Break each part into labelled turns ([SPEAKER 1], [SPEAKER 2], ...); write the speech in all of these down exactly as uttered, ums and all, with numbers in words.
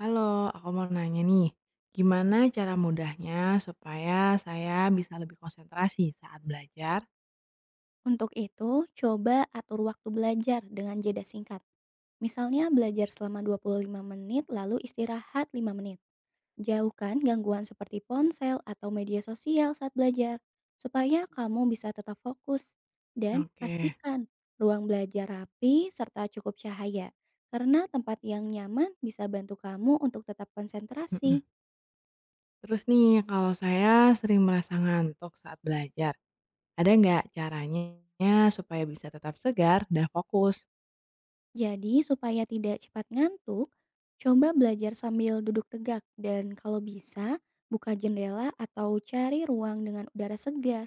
[SPEAKER 1] Halo, aku mau nanya nih, gimana cara mudahnya supaya saya bisa lebih konsentrasi saat belajar?
[SPEAKER 2] Untuk itu, coba atur waktu belajar dengan jeda singkat. Misalnya belajar selama dua puluh lima menit lalu istirahat lima menit. Jauhkan gangguan seperti ponsel atau media sosial saat belajar supaya kamu bisa tetap fokus dan
[SPEAKER 1] Oke,
[SPEAKER 2] pastikan ruang belajar rapi serta cukup cahaya, karena tempat yang nyaman bisa bantu kamu untuk tetap
[SPEAKER 1] mm-mm.
[SPEAKER 2] konsentrasi.
[SPEAKER 1] Terus nih, kalau saya sering merasa ngantuk saat belajar, ada nggak caranya supaya bisa tetap segar dan fokus?
[SPEAKER 2] Jadi, supaya tidak cepat ngantuk, coba belajar sambil duduk tegak dan kalau bisa, buka jendela atau cari ruang dengan udara segar.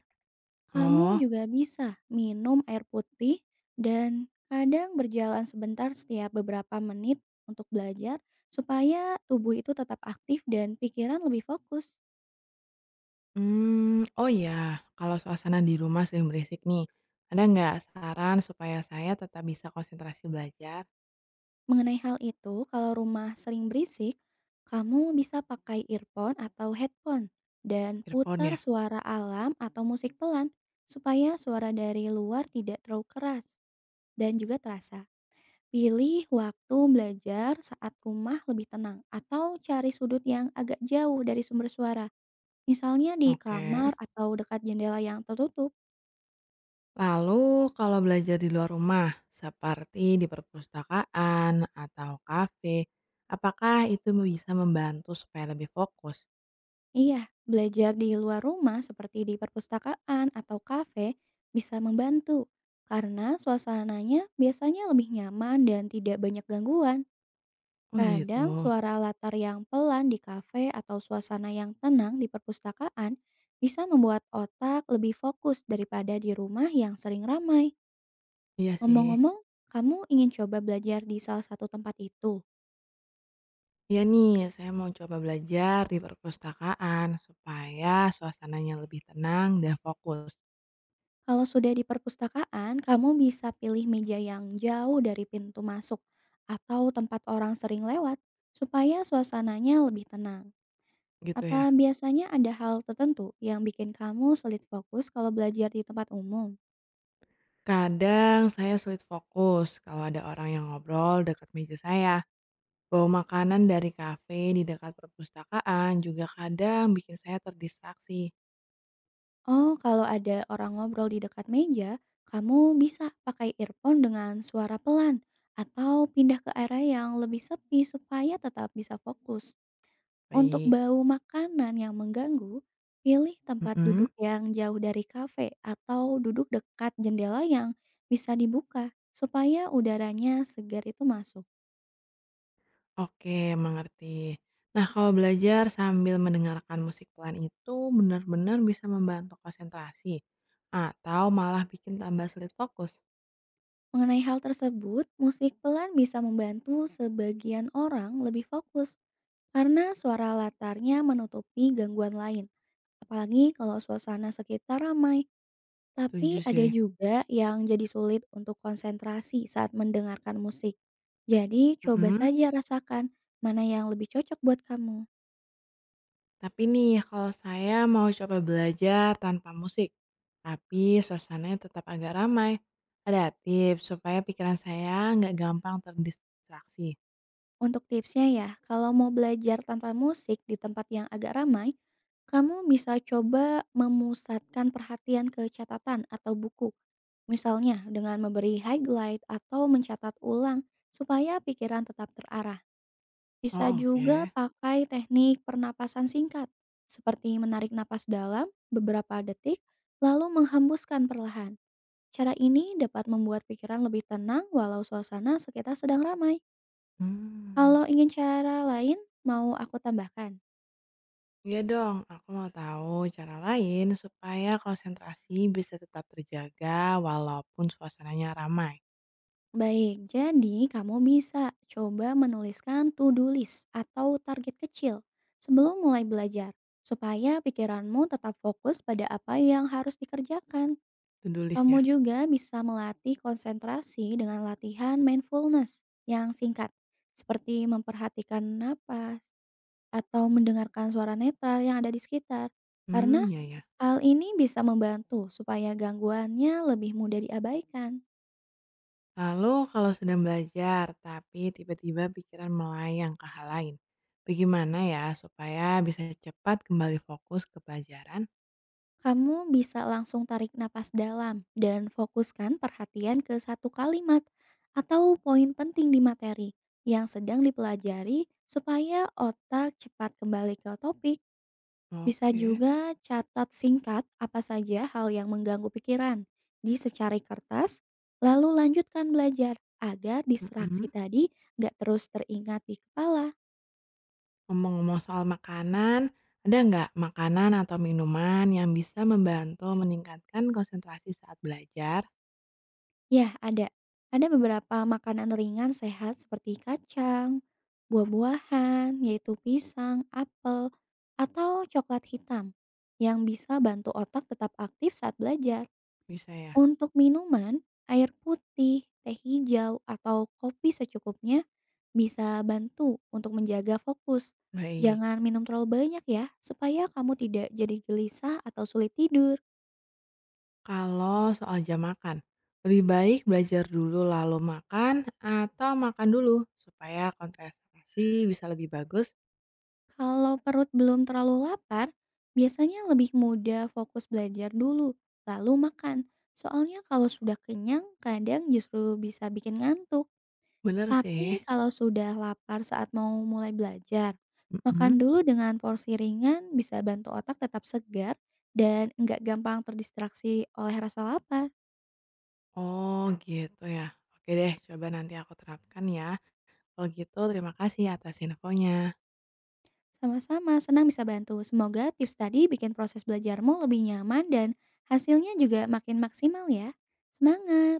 [SPEAKER 2] Kamu
[SPEAKER 1] Oh,
[SPEAKER 2] juga bisa minum air putih dan kadang berjalan sebentar setiap beberapa menit untuk belajar supaya tubuh itu tetap aktif dan pikiran lebih fokus.
[SPEAKER 1] hmm, oh ya, kalau suasana di rumah sering berisik nih, ada nggak saran supaya saya tetap bisa konsentrasi belajar?
[SPEAKER 2] Mengenai hal itu, kalau rumah sering berisik, kamu bisa pakai earphone atau headphone dan
[SPEAKER 1] Earphone
[SPEAKER 2] putar
[SPEAKER 1] ya?
[SPEAKER 2] suara alam atau musik pelan supaya suara dari luar tidak terlalu keras dan juga terasa. Pilih waktu belajar saat rumah lebih tenang atau cari sudut yang agak jauh dari sumber suara. Misalnya di
[SPEAKER 1] Oke.
[SPEAKER 2] kamar atau dekat jendela yang tertutup.
[SPEAKER 1] Lalu kalau belajar di luar rumah, seperti di perpustakaan atau kafe, apakah itu bisa membantu supaya lebih fokus?
[SPEAKER 2] Iya, belajar di luar rumah seperti di perpustakaan atau kafe bisa membantu karena suasananya biasanya lebih nyaman dan tidak banyak gangguan.
[SPEAKER 1] Oh gitu,
[SPEAKER 2] Kadang suara latar yang pelan di kafe atau suasana yang tenang di perpustakaan bisa membuat otak lebih fokus daripada di rumah yang sering ramai.
[SPEAKER 1] iya sih.
[SPEAKER 2] Ngomong-ngomong, kamu ingin coba belajar di salah satu tempat itu?
[SPEAKER 1] Iya nih, saya mau coba belajar di perpustakaan supaya suasananya lebih tenang dan fokus
[SPEAKER 2] Kalau sudah di perpustakaan, kamu bisa pilih meja yang jauh dari pintu masuk atau tempat orang sering lewat supaya suasananya lebih tenang.
[SPEAKER 1] gitu
[SPEAKER 2] Apa
[SPEAKER 1] ya.
[SPEAKER 2] biasanya ada hal tertentu yang bikin kamu sulit fokus kalau belajar di tempat umum?
[SPEAKER 1] Kadang saya sulit fokus kalau ada orang yang ngobrol dekat meja saya. Bawa makanan dari kafe di dekat perpustakaan juga kadang bikin saya terdistraksi.
[SPEAKER 2] Oh, kalau ada orang ngobrol di dekat meja, kamu bisa pakai earphone dengan suara pelan atau pindah ke area yang lebih sepi supaya tetap bisa fokus. Untuk
[SPEAKER 1] Baik,
[SPEAKER 2] bau makanan yang mengganggu, pilih tempat
[SPEAKER 1] mhm,
[SPEAKER 2] duduk yang jauh dari kafe atau duduk dekat jendela yang bisa dibuka supaya udaranya segar itu masuk.
[SPEAKER 1] oke mengerti. Nah kalau belajar sambil mendengarkan musik pelan itu benar-benar bisa membantu konsentrasi atau malah bikin tambah sulit fokus?
[SPEAKER 2] Mengenai hal tersebut, musik pelan bisa membantu sebagian orang lebih fokus karena suara latarnya menutupi gangguan lain, apalagi kalau suasana sekitar ramai.
[SPEAKER 1] Setuju
[SPEAKER 2] Tapi ada
[SPEAKER 1] sih.
[SPEAKER 2] juga yang jadi sulit untuk konsentrasi saat mendengarkan musik. Jadi coba
[SPEAKER 1] Mhm,
[SPEAKER 2] saja rasakan mana yang lebih cocok buat kamu.
[SPEAKER 1] tapi nih kalau saya mau coba belajar tanpa musik, tapi suasananya tetap agak ramai. Ada tips supaya pikiran saya nggak gampang terdistraksi?
[SPEAKER 2] Untuk tipsnya ya, kalau mau belajar tanpa musik di tempat yang agak ramai, kamu bisa coba memusatkan perhatian ke catatan atau buku. Misalnya dengan memberi highlight atau mencatat ulang supaya pikiran tetap terarah. Bisa
[SPEAKER 1] Oh
[SPEAKER 2] juga
[SPEAKER 1] oke.
[SPEAKER 2] pakai teknik pernapasan singkat, seperti menarik napas dalam beberapa detik, lalu menghembuskan perlahan. Cara ini dapat membuat pikiran lebih tenang walau suasana sekitar sedang ramai.
[SPEAKER 1] Hmm.
[SPEAKER 2] Kalau ingin cara lain, mau aku tambahkan.
[SPEAKER 1] Iya dong, aku mau tahu cara lain supaya konsentrasi bisa tetap terjaga walaupun suasananya ramai.
[SPEAKER 2] Baik, jadi kamu bisa coba menuliskan to-do list atau target kecil sebelum mulai belajar, supaya pikiranmu tetap fokus pada apa yang harus dikerjakan.
[SPEAKER 1] To do list ya.
[SPEAKER 2] Kamu juga bisa melatih konsentrasi dengan latihan mindfulness yang singkat, seperti memperhatikan napas atau mendengarkan suara netral yang ada di sekitar. Karena
[SPEAKER 1] Hmm, ya ya.
[SPEAKER 2] hal ini bisa membantu supaya gangguannya lebih mudah diabaikan.
[SPEAKER 1] Lalu kalau sedang belajar tapi tiba-tiba pikiran melayang ke hal lain, bagaimana ya supaya bisa cepat kembali fokus ke pelajaran?
[SPEAKER 2] Kamu bisa langsung tarik napas dalam dan fokuskan perhatian ke satu kalimat atau poin penting di materi yang sedang dipelajari supaya otak cepat kembali ke topik. Bisa
[SPEAKER 1] Oke.
[SPEAKER 2] juga catat singkat apa saja hal yang mengganggu pikiran di secari kertas, lalu lanjutkan belajar agar distraksi
[SPEAKER 1] Mm-mm.
[SPEAKER 2] tadi nggak terus teringat di kepala.
[SPEAKER 1] Ngomong-ngomong soal makanan, ada nggak makanan atau minuman yang bisa membantu meningkatkan konsentrasi saat belajar?
[SPEAKER 2] Ya, ada. Ada beberapa makanan ringan sehat seperti kacang, buah-buahan, yaitu pisang, apel, atau coklat hitam yang bisa bantu otak tetap aktif saat belajar.
[SPEAKER 1] Bisa ya.
[SPEAKER 2] Untuk minuman, air putih, teh hijau, atau kopi secukupnya bisa bantu untuk menjaga fokus.
[SPEAKER 1] Baik.
[SPEAKER 2] Jangan minum terlalu banyak ya, supaya kamu tidak jadi gelisah atau sulit tidur.
[SPEAKER 1] Kalau soal jam makan, lebih baik belajar dulu lalu makan atau makan dulu supaya konsentrasi bisa lebih bagus.
[SPEAKER 2] Kalau perut belum terlalu lapar, biasanya lebih mudah fokus belajar dulu, lalu makan. Soalnya kalau sudah kenyang, kadang justru bisa bikin ngantuk.
[SPEAKER 1] Bener sih.
[SPEAKER 2] Tapi kalau sudah lapar saat mau mulai belajar,
[SPEAKER 1] Mm-mm.
[SPEAKER 2] makan dulu dengan porsi ringan bisa bantu otak tetap segar dan nggak gampang terdistraksi oleh rasa lapar.
[SPEAKER 1] Oh gitu ya. Oke deh, coba nanti aku terapkan ya. Kalau gitu terima kasih atas infonya.
[SPEAKER 2] Sama-sama, senang bisa bantu. Semoga tips tadi bikin proses belajarmu lebih nyaman dan hasilnya juga makin maksimal ya. Semangat!